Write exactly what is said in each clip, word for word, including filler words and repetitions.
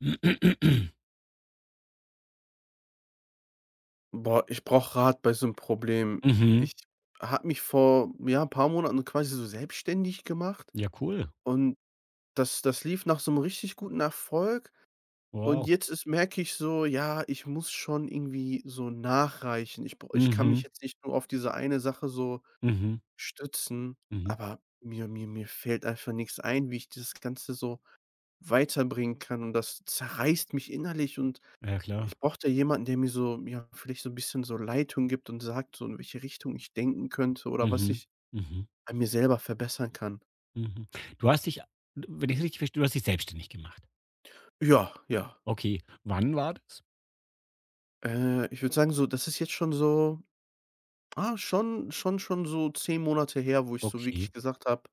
Boah, ich brauche Rat bei so 'nem Problem. Mhm. Ich habe mich vor, ja, paar Monaten quasi so selbstständig gemacht, Ja, cool. und das das lief nach so 'nem richtig guten Erfolg. Und Wow. jetzt ist merke ich so, ja, ich muss schon irgendwie so nachreichen. Ich brau ich kann mich Mhm, jetzt nicht nur auf diese eine Sache so mhm, stützen, mhm. aber mir mir mir fällt einfach nix ein, wie ich das Ganze so weiterbringen kann, und das zerreißt mich innerlich. Und Ja klar. ich brauchte jemanden, der mir so, ja, vielleicht so ein bisschen so Leitung gibt und sagt, so in welche Richtung ich denken könnte oder was Mhm, ich mhm, an mir selber verbessern kann. mhm. Du hast dich, wenn ich's richtig verstehe, du hast dich selbstständig gemacht. Ja, ja. Okay, wann war das? Äh, ich würde sagen so, das ist jetzt schon so ah, schon schon schon so zehn Monate her, wo ich so Okay. wirklich gesagt habe,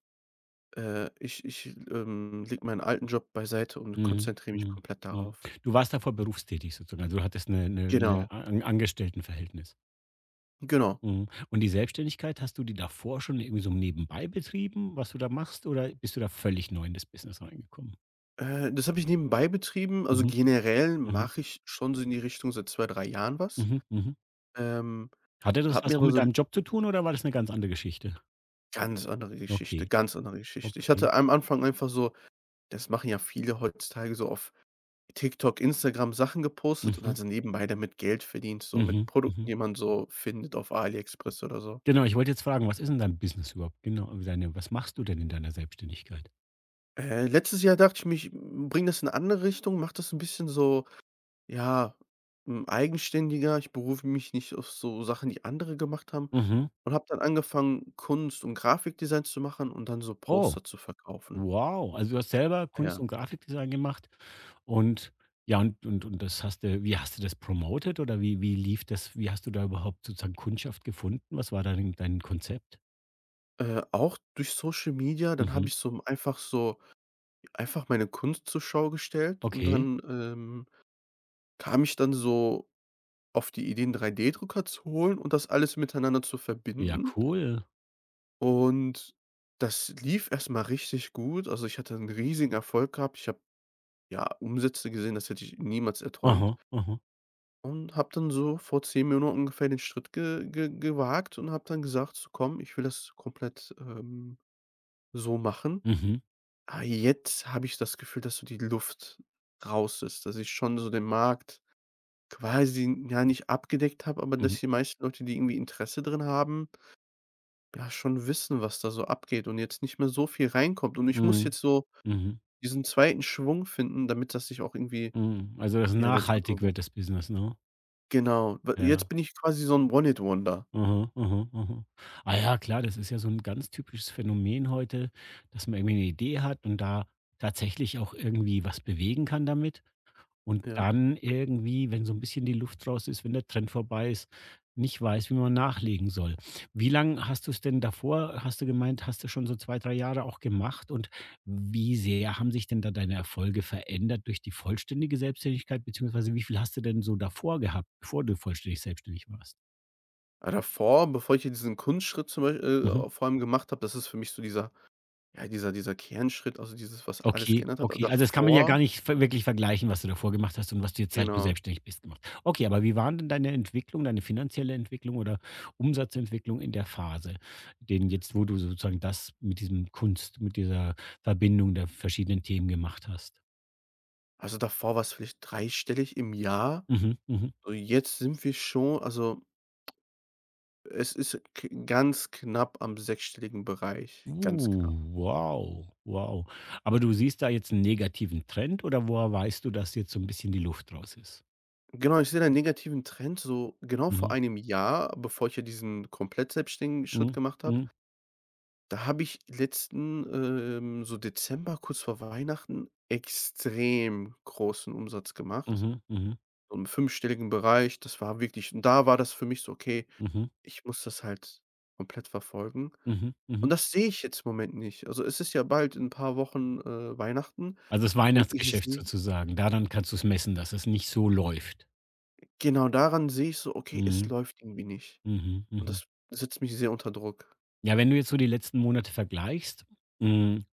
äh, ich ich, ähm, lege meinen alten Job beiseite und Mhm, konzentriere mich mhm, komplett mhm. darauf. Du warst davor berufstätig sozusagen, also, du hattest 'ne 'ne 'ne Genau, An Angestelltenverhältnis. genau. Mhm. Und die Selbstständigkeit, hast du die davor schon irgendwie so nebenbei betrieben, was du da machst, oder bist du da völlig neu in das Business reingekommen? Äh, das habe ich nebenbei betrieben. Also, Mhm, generell mhm, mache ich schon so in die Richtung seit zwei drei Jahren was. mhm, mhm. Ähm, Hatte das habe mir was auch aber mit so deinem Job zu tun oder war das eine ganz andere Geschichte? Ganz andere Geschichte, Okay, ganz andere Geschichte. Ich okay. hatte am Anfang einfach so, das machen ja viele heutzutage, so auf TikTok, Instagram Sachen gepostet und Mhm, hat so nebenbei damit Geld verdient, so mit mhm, Produkten, mhm. die man so findet auf AliExpress oder so. Genau, ich wollte jetzt fragen, was ist 'n dein Business überhaupt? Genau, deine was machst du denn in deiner Selbstständigkeit? Äh, letztes Jahr dachte ich mich, bring das in 'ne andere Richtung, mache das ein bisschen so, ja, hm, eigenständiger. Ich berufe mich nicht auf so Sachen, die andere gemacht haben, Mhm. und habe dann angefangen, Kunst und Grafikdesign zu machen und dann so Oh, Poster zu verkaufen. wow. Also, du hast selber Kunst Ja. und Grafikdesign gemacht und ja, und und und das hast du wie hast du das promotet oder wie wie lief das? Wie hast du da überhaupt sozusagen Kundschaft gefunden? Was war da dein dein Konzept? Äh, auch durch Social Media, dann habe Mhm. ich so einfach so einfach meine Kunst zur Schau gestellt und Okay. dann, ähm, kam ich dann so auf die Idee, 'n drei D-Drucker zu holen und das alles miteinander zu Ja, verbinden. cool. Und das lief erst mal richtig gut. Also, ich hatte einen riesigen Erfolg gehabt. Ich habe, ja, Umsätze gesehen, das hätte ich niemals Aha, erträumt, aha. und habe dann so vor zehn Minuten ungefähr den Schritt ge ge gewagt und habe dann gesagt: „So komm, ich will das komplett, ähm, so machen." Mhm, Ah, jetzt habe ich das Gefühl, dass so die Luft raus ist, dass ich schon so den Markt quasi, ja, nicht abgedeckt habe, aber mhm. dass die meisten Leute, die irgendwie Interesse drin haben, ja, schon wissen, was da so abgeht und jetzt nicht mehr so viel reinkommt. Und ich muss Mhm, jetzt so mhm. diesen zweiten Schwung finden, damit das sich auch irgendwie, Mhm. Also, dass ja, in der nachhaltig Zukunft wird. wird das Business, ne? Genau. W Jetzt Ja. bin ich quasi so ein One-Hit-Wonder. Mhm, mhm, mhm. Ah ja, klar, das ist ja so 'n ganz typisches Phänomen heute, dass man irgendwie 'ne Idee hat und da tatsächlich auch irgendwie was bewegen kann damit. Und Ja. dann irgendwie, wenn so ein bisschen die Luft raus ist, wenn der Trend vorbei ist, nicht weiß, wie man nachlegen soll. Wie lange hast du es denn davor hast du gemeint, hast du schon so zwei, drei Jahre auch gemacht? Und wie sehr haben sich denn da deine Erfolge verändert durch die vollständige Selbstständigkeit, beziehungsweise wie viel hast du denn so davor gehabt, bevor du vollständig selbstständig warst? Aber davor, bevor ich hier diesen Kunstschritt zum Beispiel, Mhm. äh, vor allem gemacht habe, das ist für mich so dieser, ja, dieser dieser Kernschritt, also dieses, was alles Okay, geändert hat. Aber okay. Also, das kann man ja davor. gar nicht ver wirklich vergleichen, was du davor gemacht hast und was du jetzt, seit du Genau. selbstständig bist, gemacht. Okay, aber wie waren denn deine Entwicklung, deine finanzielle Entwicklung oder Umsatzentwicklung in der Phase? Den jetzt, wo du sozusagen das mit diesem Kunst mit dieser Verbindung der verschiedenen Themen gemacht hast. Also, davor war's vielleicht dreistellig im Jahr. Mhm, mhm. Und jetzt sind wir schon, also, es ist k ganz knapp am sechsstelligen Bereich, ganz knapp. Uh, wow, wow. Aber du siehst da jetzt einen negativen Trend oder woher weißt du, dass jetzt so ein bisschen die Luft raus ist? Genau, ich sehe da 'n negativen Trend, so genau vor Mhm. einem Jahr. Bevor ich ja diesen komplett selbstständigen Schritt Mhm. gemacht habe, Mhm. da habe ich letzten, ähm, so Dezember, kurz vor Weihnachten, extrem großen Umsatz gemacht, Mhm. Mhm. so im fünfstelligen Bereich. Das war wirklich, und da war das für mich so: „Okay, Mhm. ich muss das halt komplett verfolgen." Mhm. Und Mhm. das sehe ich jetzt im Moment nicht. Also, es ist ja bald in ein paar Wochen, äh, Weihnachten. Also, das Und ich Weihnachtsgeschäft sehe, sozusagen. Daran kannst du's messen, dass es nicht so läuft. genau, daran sehe ich so: „Okay, es Mhm. läuft irgendwie nicht." Mhm, Und mhm. das setzt mich sehr unter Druck. Ja, wenn du jetzt so die letzten Monate vergleichst, hm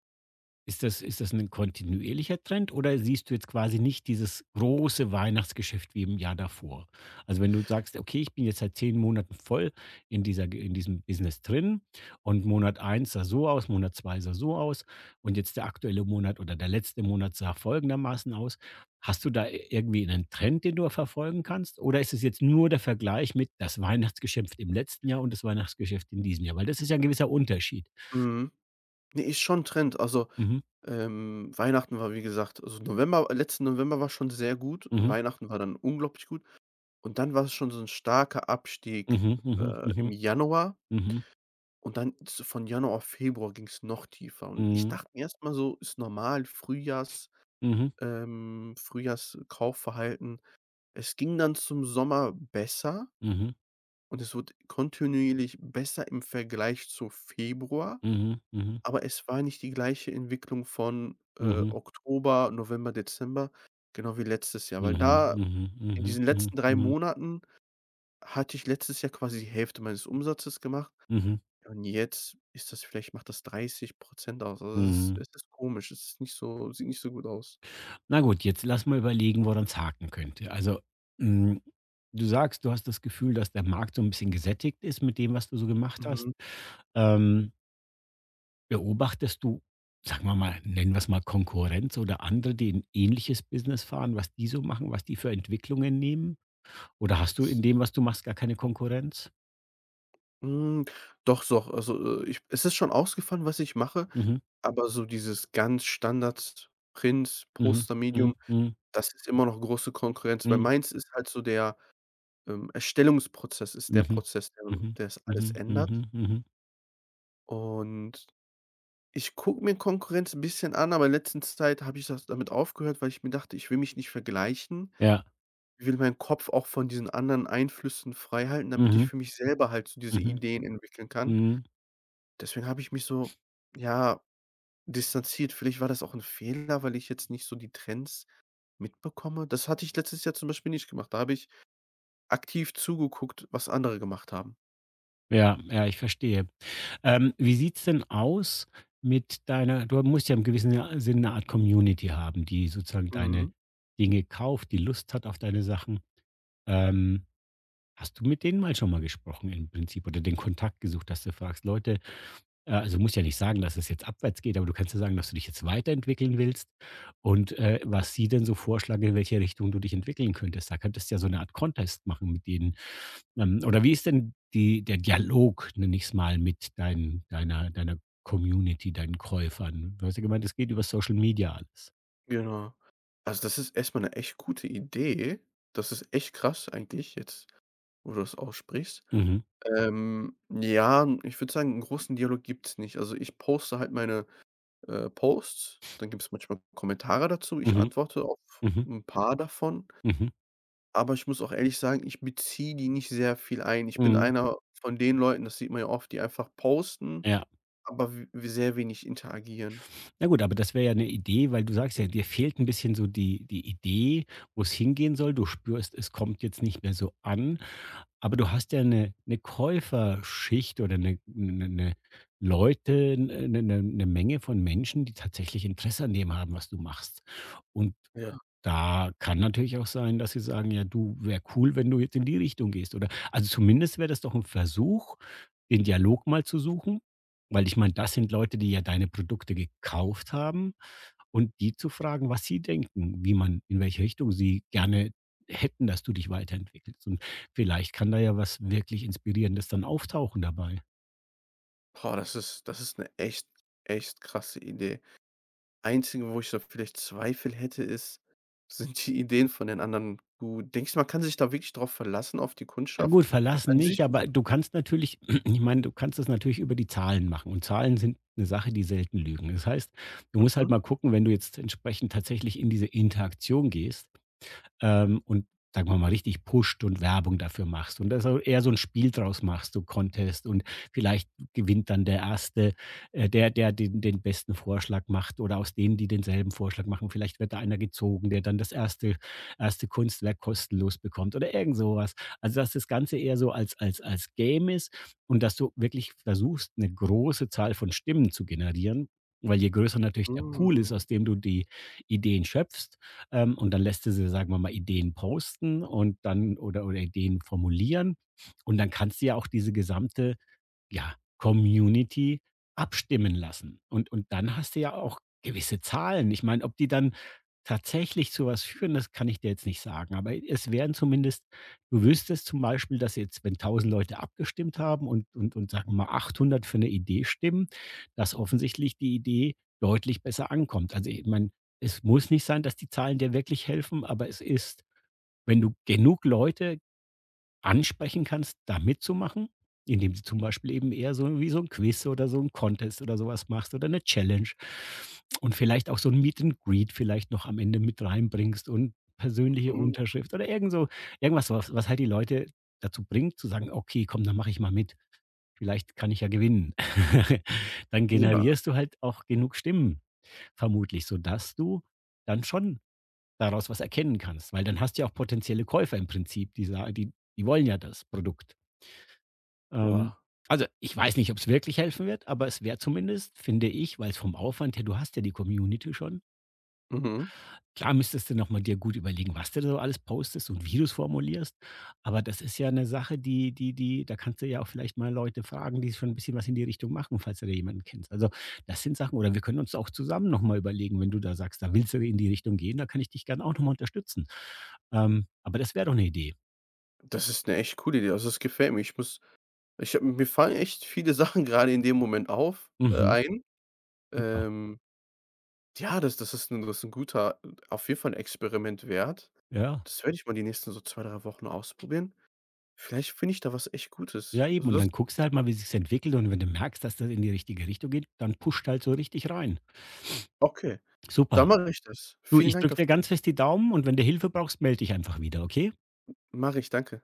Ist das ist das 'nen kontinuierlicher Trend oder siehst du jetzt quasi nicht dieses große Weihnachtsgeschäft wie im Jahr davor? Also, wenn du sagst: „Okay, ich bin jetzt seit zehn Monaten voll in dieser in diesem Business drin und Monat eins sah so aus, Monat zwei sah so aus und jetzt der aktuelle Monat oder der letzte Monat sah folgendermaßen aus.“ Hast du da irgendwie einen Trend, den du verfolgen kannst? Oder ist es jetzt nur der Vergleich mit das Weihnachtsgeschäft im letzten Jahr und das Weihnachtsgeschäft in diesem Jahr? Weil das ist ja 'n gewisser Unterschied. Mhm. Ne, ist schon Trend. Also, Mhm. ähm, Weihnachten war, wie gesagt, also, November, letzten November war schon sehr gut. Mhm. Weihnachten war dann unglaublich gut. Und dann war es schon so ein starker Abstieg, Mhm. Mhm. äh, Mhm. im Januar, Mhm. und dann z von Januar auf Februar ging es noch tiefer. Und ich Mhm. dachte mir erst mal so, ist normal, Frühjahrs Mhm. ähm, Frühjahrskaufverhalten. Es ging dann zum Sommer besser, Mhm. und es wurde kontinuierlich besser im Vergleich zu Februar, Mhm. Mhm. aber es war nicht die gleiche Entwicklung von, äh, Mhm. Oktober, November, Dezember, genau wie letztes Jahr. Weil Mhm. da Mhm. in Mhm. diesen Mhm. letzten drei Mhm. Monaten hatte ich letztes Jahr quasi die Hälfte meines Umsatzes gemacht, Mhm. und jetzt ist das vielleicht, macht das dreißig aus. Also, es ist Mhm. es ist komisch, es ist nicht so, sieht nicht so gut aus. Na gut, jetzt lass mal überlegen, woran's haken könnte. Also, hm, du sagst, du hast das Gefühl, dass der Markt so ein bisschen gesättigt ist mit dem, was du so gemacht hast. Mhm. Ähm, beobachtest du, sagen wir mal nennen wir es mal Konkurrenz oder andere, die ein ähnliches Business fahren, was die so machen, was die für Entwicklungen nehmen? Oder hast du in dem, was du machst, gar keine Konkurrenz? Hm, doch, doch. Also, äh, ich es ist schon ausgefallen, was ich mache, Mhm. aber so dieses ganz Standard Print, Mhm. Poster, Mhm. Mhm. Medium, Mhm. das ist immer noch große Konkurrenz, weil Mhm. meins ist halt so der, ähm, Erstellungsprozess ist der Mhm. Prozess, der Mhm. der das alles Mhm. ändert. Mhm. Mhm. Und ich gucke mir Konkurrenz ein bisschen an, aber in letzter Zeit habe ich das damit aufgehört, weil ich mir dachte, ich will mich nicht vergleichen. Ja. Ich will meinen Kopf auch von diesen anderen Einflüssen frei halten, damit ich Mhm. für mich selber halt so diese Mhm. Ideen entwickeln kann. Mhm. Deswegen habe ich mich so, ja, distanziert. Vielleicht war das auch ein Fehler, weil ich jetzt nicht so die Trends mitbekomme. Das hatte ich letztes Jahr zum Beispiel nicht gemacht. Da habe ich aktiv zugeguckt, was andere gemacht haben. Ja, ja, ich verstehe. Ähm, wie sieht's denn aus mit deiner du musst ja im gewissen, ja, Sinne eine Art Community haben, die sozusagen deine Mhm, Dinge kauft, die Lust hat auf deine Sachen. Ähm, hast du mit denen mal schon mal gesprochen im Prinzip oder den Kontakt gesucht, dass du fragst: „Leute“? Ja, also, musst ja nicht sagen, dass es jetzt abwärts geht, aber du kannst ja sagen, dass du dich jetzt weiterentwickeln willst und, äh, was sie denn so vorschlagen, in welche Richtung du dich entwickeln könntest. Da könntest du ja so eine Art Contest machen mit denen. Ähm, oder wie ist denn die der Dialog, nenne ich's mal, mit deinen deiner deiner Community, deinen Käufern? Du hast ja gemeint, es geht über Social Media alles. genau. Also, das ist erst mal 'ne echt gute Idee. Das ist echt krass eigentlich jetzt, wo du das aussprichst. Mhm. Ähm, ja, ich würde sagen, einen großen Dialog gibt es nicht. Also, ich poste halt meine, äh, Posts, dann gibt es manchmal Kommentare dazu. Ich Mhm. antworte auf Mhm. ein paar davon. Mhm. Aber ich muss auch ehrlich sagen, ich beziehe die nicht sehr viel ein. Ich bin Mhm. Mhm. einer von den Leuten, das sieht man ja oft, die einfach posten, Ja. aber w sehr wenig interagieren. Na gut, aber das wäre ja eine Idee, weil du sagst ja, dir fehlt ein bisschen so die die Idee, wo es hingehen soll. Du spürst, es kommt jetzt nicht mehr so an, aber du hast ja eine eine Käuferschicht oder eine eine 'ne Leute, eine eine 'ne 'ne Menge von Menschen, die tatsächlich Interesse an dem haben, was du machst. Und Ja. da kann natürlich auch sein, dass sie sagen: „Ja, du, wäre cool, wenn du jetzt in die Richtung gehst“, oder also, zumindest wäre das doch ein Versuch, den Dialog mal zu suchen, weil ich meine, das sind Leute, die ja deine Produkte gekauft haben und die zu fragen, was sie denken, wie man in welche Richtung sie gerne hätten, dass du dich weiterentwickelst. Und vielleicht kann da ja was wirklich Inspirierendes dann auftauchen dabei. Boah, das ist das ist eine echt, echt krasse Idee. Einzige, wo ich da vielleicht Zweifel hätte, ist, sind die Ideen von den anderen gut? Denkst du, man kann sich da wirklich drauf verlassen, auf die Ja Kundschaft? gut, verlassen An sich nicht, ist. aber du kannst natürlich ich meine, du kannst das natürlich über die Zahlen machen und Zahlen sind eine Sache, die selten lügen. Das heißt, du musst halt Mhm, mal gucken, wenn du jetzt entsprechend tatsächlich in diese Interaktion gehst, ähm, und sagen wir mal richtig pusht und Werbung dafür machst und da so eher so ein Spiel draus machst, so Contest und vielleicht gewinnt dann der erste, äh, der der den den besten Vorschlag macht oder aus denen, die denselben Vorschlag machen. Vielleicht wird da einer gezogen, der dann das erste erste Kunstwerk kostenlos bekommt oder irgend sowas. Also, dass das Ganze eher so als als als Game ist und dass du wirklich versuchst, eine große Zahl von Stimmen zu generieren, weil je größer natürlich der Pool ist, mhm, aus dem du die Ideen schöpfst. ähm, und dann lässt du sie, sagen wir mal, Ideen posten und dann oder oder Ideen formulieren. Und dann kannst du ja auch diese gesamte, ja, Community abstimmen lassen. Und und dann hast du ja auch gewisse Zahlen. Ich meine, ob die dann tatsächlich zu was führen, das kann ich dir jetzt nicht sagen. Aber es wären zumindest du wüsstest zum Beispiel, dass jetzt, wenn tausend Leute abgestimmt haben und und und sagen wir mal achthundert für eine Idee stimmen, dass offensichtlich die Idee deutlich besser ankommt. Also, ich meine, es muss nicht sein, dass die Zahlen dir wirklich helfen, aber es ist, wenn du genug Leute ansprechen kannst, da mitzumachen, indem du zum Beispiel eben eher so wie so ein Quiz oder so ein Contest oder sowas machst oder eine Challenge und vielleicht auch so ein Meet and Greet vielleicht noch am Ende mit reinbringst und persönliche mhm, Unterschrift oder irgend so irgendwas, was was halt die Leute dazu bringt zu sagen: „Okay, komm, dann mache ich mal mit. Vielleicht kann ich ja gewinnen.“ Dann ja, generierst du halt auch genug Stimmen vermutlich, sodass du dann schon daraus was erkennen kannst, weil dann hast du ja auch potenzielle Käufer im Prinzip, die sa die die wollen ja das Produkt. Ähm, boah, also, ich weiß nicht, ob es wirklich helfen wird, aber es wäre zumindest, finde ich, weil es vom Aufwand her du hast ja die Community schon. mhm. Klar müsstest du noch mal dir gut überlegen, was du da so alles postest und wie du es formulierst, aber das ist ja eine Sache, die die die da kannst du ja auch vielleicht mal Leute fragen, die schon ein bisschen was in die Richtung machen, falls du da jemanden kennst. Also, das sind Sachen oder wir können uns auch zusammen noch mal überlegen, wenn du da sagst, da willst du in die Richtung gehen, da kann ich dich gern auch noch mal unterstützen. Ähm, aber das wäre doch eine Idee. Das ist eine echt coole Idee. Also, das gefällt mir. Ich muss Ich habe mir fallen echt viele Sachen gerade in dem Moment auf, äh, Mhm, ein. super. Ähm, ja, das das ist ein das ist 'n guter, äh, auf jeden Fall 'n Experiment wert. Ja. Das werde ich mal die nächsten so zwei drei Wochen ausprobieren. Vielleicht finde ich da was echt Gutes. Ja, eben Also, und das. dann guckst du halt mal, wie sich's entwickelt und wenn du merkst, dass das in die richtige Richtung geht, dann pusht halt so richtig rein. Okay, Super. da mache ich das. Du, Vielen ich Dank drücke dir dafür. ganz fest die Daumen und wenn du Hilfe brauchst, melde dich einfach wieder, okay? Mache ich, danke.